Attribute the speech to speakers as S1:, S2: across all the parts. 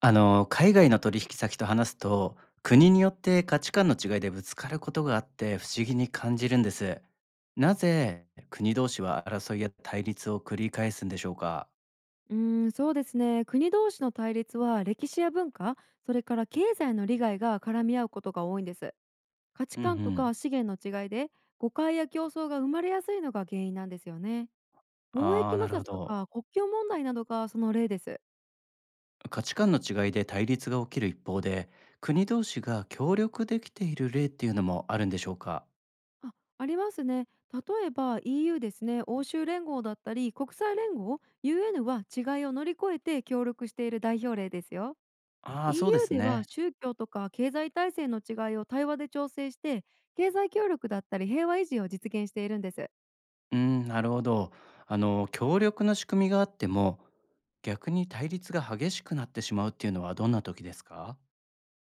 S1: 海外の取引先と話すと、国によって価値観の違いでぶつかることがあって不思議に感じるんです。なぜ国同士は争いや対立を繰り返すんでしょうか？
S2: うーん、そうですね。国同士の対立は歴史や文化、それから経済の利害が絡み合うことが多いんです。価値
S1: うんう
S2: 観と
S1: ん。
S2: か資源の違いで誤解や競争が生まれやすいのが原因なんですよね。貿
S1: あ
S2: 易
S1: あ、
S2: 摩
S1: なる
S2: 擦
S1: ほ
S2: と
S1: ど。
S2: か国境問題などがその例です。
S1: 価値観の違いで対立が起きる一方で、国同士が協力できている例っていうのもあるんでしょうか？
S2: あ、ありますね。例えば EU ですね、欧州連合だったり国際連合、UN は違いを乗り越えて協力している代表例ですよ。
S1: ああ、そうで
S2: EU
S1: す
S2: では
S1: ね。
S2: 宗教とか経済体制の違いを対話で調整して経済協力だったり平和維持を実現しているんです。
S1: うん、なるほど。協力の仕組みがあっても、逆に対立が激しくなってしまうっていうのはどんな時ですか？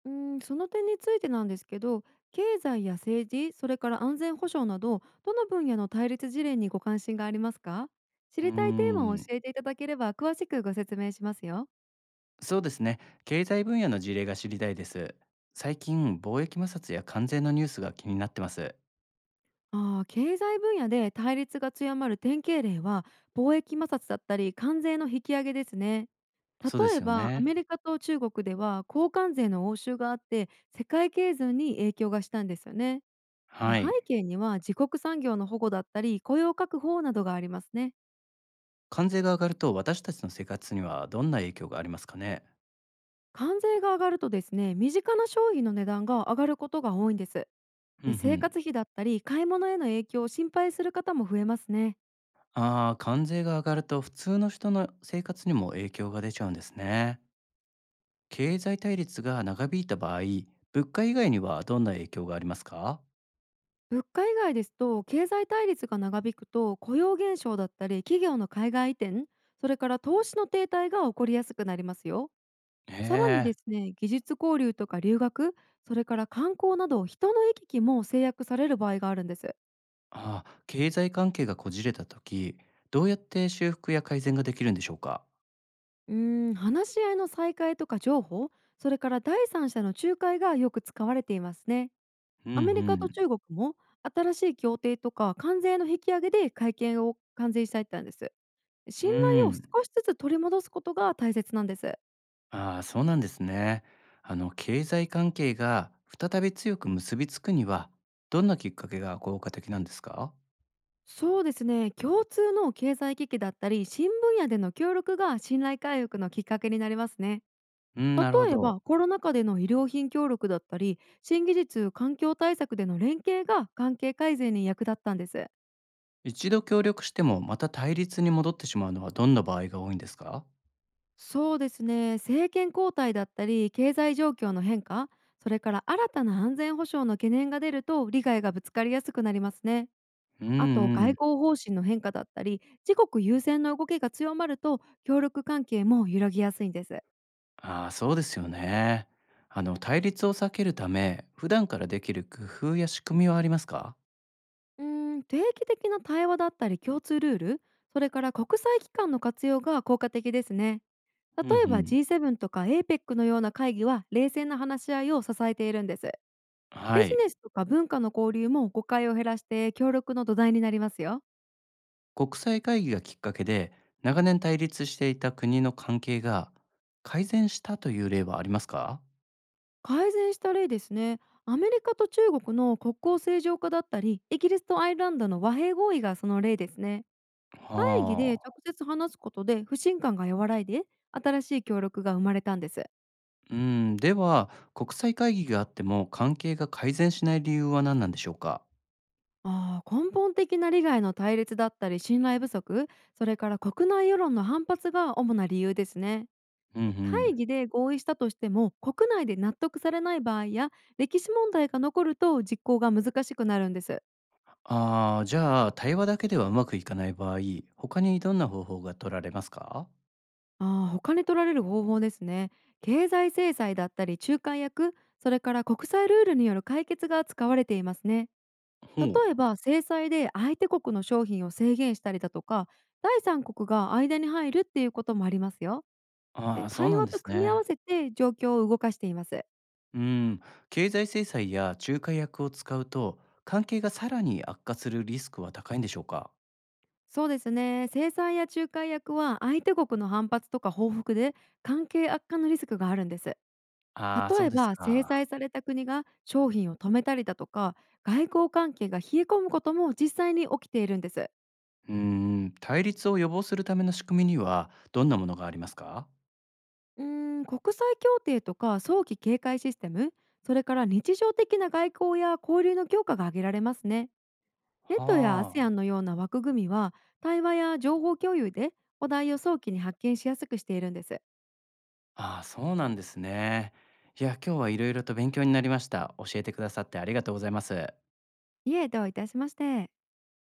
S2: うん、その点についてなんですけど、経済や政治それから安全保障などどの分野の対立事例にご関心がありますか？知
S1: うー
S2: りたいテーマを教
S1: ん、
S2: えていただければ詳しくご説明しますよ。
S1: そうですね。経済分野の事例が知りたいです。最近、貿易摩擦や関税のニュースが気になってます。
S2: ああ、経済分野で対立が強まる典型例は貿易摩擦だったり関税の引き上げですね。
S1: そうで
S2: 例
S1: す
S2: え
S1: よ
S2: ばア
S1: ね。
S2: メリカと中国では交換税の応酬があって世界経済に影響がしたんですよね。で、
S1: は
S2: 背
S1: い。
S2: 景には自国産業の保護だったり雇用確保などがありますね。
S1: 関税が上がると私たちの生活にはどんな影響がありますかね？
S2: 関税が上がるとですね、身近な商品の値段が上がることが多いんです。
S1: うん
S2: で、
S1: う
S2: 生
S1: ん。
S2: 活費だったり買い物への影響を心配する方も増えますね。
S1: ああ、関税が上がると普通の人の生活にも影響が出ちゃうんですね。経済対立が長引いた場合、物価以外にはどんな影響がありますか？
S2: 物価以外ですと経済対立が長引くと雇用減少だったり企業の海外移転、それから投資の停滞が起こりやすくなりますよ。
S1: へ
S2: さらにです
S1: え。
S2: ね、技術交流とか留学、それから観光など人の行き来も制約される場合があるんです。
S1: ああ、経済関係がこじれた時、どうやって修復や改善ができるんでしょうか？
S2: うーん、話し合いの再開とか情報、それから第三者の仲介がよく使われていますね。
S1: うんう
S2: アメリカと
S1: ん。
S2: 中国も新しい協定とか関税の引き上げで会見を完成したいったんです。
S1: う
S2: 信頼を少
S1: ん。
S2: しずつ取り戻すことが大切なんです。
S1: ああ、そうなんですね。あの経済関係が再び強く結びつくには、どんなきっかけが効果的なんですか？
S2: そうですね、共通の経済危機だったり新分野での協力が信頼回復のきっかけになりますね。
S1: うん、
S2: 例
S1: なるほ
S2: え
S1: ど。
S2: ばコロナ禍での医療品協力だったり新技術環境対策での連携が関係改善に役立ったんです。
S1: 一度協力してもまた対立に戻ってしまうのはどんな場合が多いんですか？
S2: そうですね、政権交代だったり経済状況の変化、それから新たな安全保障の懸念が出ると利害がぶつかりやすくなりますね。
S1: うん
S2: あと、
S1: う
S2: 外
S1: ん。
S2: 交方針の変化だったり、自国優先の動きが強まると、協力関係も揺らぎやすいんです。
S1: ああ、そうですよね。あの対立を避けるため、普段からできる工夫や仕組みはありますか？
S2: うーん、定期的な対話だったり共通ルール、それから国際機関の活用が効果的ですね。例
S1: うんう
S2: えば
S1: ん。
S2: G7 とか APEC のような会議は冷静な話し合いを支えているんです。
S1: は
S2: ビジネ
S1: い。
S2: スとか文化の交流も誤解を減らして協力の土台になりますよ。
S1: 国際会議がきっかけで、長年対立していた国の関係が改善したという例はありますか？
S2: 改善した例ですね。アメリカと中国の国交正常化だったり、イギリスとアイルランドの和平合意がその例ですね。会議
S1: は
S2: で
S1: あ。
S2: 直接話すことで不信感が和らいで新しい協力が生まれたんです。
S1: うん、では、国際会議があっても関係が改善しない理由は何なんでしょうか？
S2: 根本的な利害の対立だったり信頼不足、それから国内世論の反発が主な理由ですね。
S1: うんう
S2: 会
S1: ん。
S2: 議で合意したとしても国内で納得されない場合や歴史問題が残ると実行が難しくなるんです。
S1: ああ、じゃあ、対話だけではうまくいかない場合、他にどんな方法が取られますか？
S2: 他に取られる方法ですね。経済制裁だったり仲介役、それから国際ルールによる解決が使われていますね。
S1: ほ
S2: 例え
S1: う。
S2: ば制裁で相手国の商品を制限したりだとか第三国が間に入るっていうこともありますよ。
S1: ああ、そう
S2: 対
S1: なん
S2: 話
S1: で
S2: と
S1: す
S2: 組み合わ
S1: ね。
S2: せて状況を動かしています。
S1: うん、経済制裁や仲介役を使うと、関係がさらに悪化するリスクは高いんでしょうか？
S2: そうですね、制裁や仲介役は相手国の反発とか報復で関係悪化のリスクがあるんです。
S1: ああ、そ
S2: 例
S1: う
S2: え
S1: です
S2: ば制裁
S1: か。
S2: された国が商品を止めたりだとか外交関係が冷え込むことも実際に起きているんです。
S1: うーん、対立を予防するための仕組みにはどんなものがありますか？
S2: うーん、国際協定とか早期警戒システム、それから日常的な外交や交流の強化が挙げられますね。ネットや
S1: はあ、
S2: ASEAN のような枠組みは対話や情報共有でお題を早期に発見しやすくしているんです。
S1: ああ、そうなんですね。いや、今日はいろいろと勉強になりました。教えてくださってありがとうございます。
S2: いえ、どういたしまして。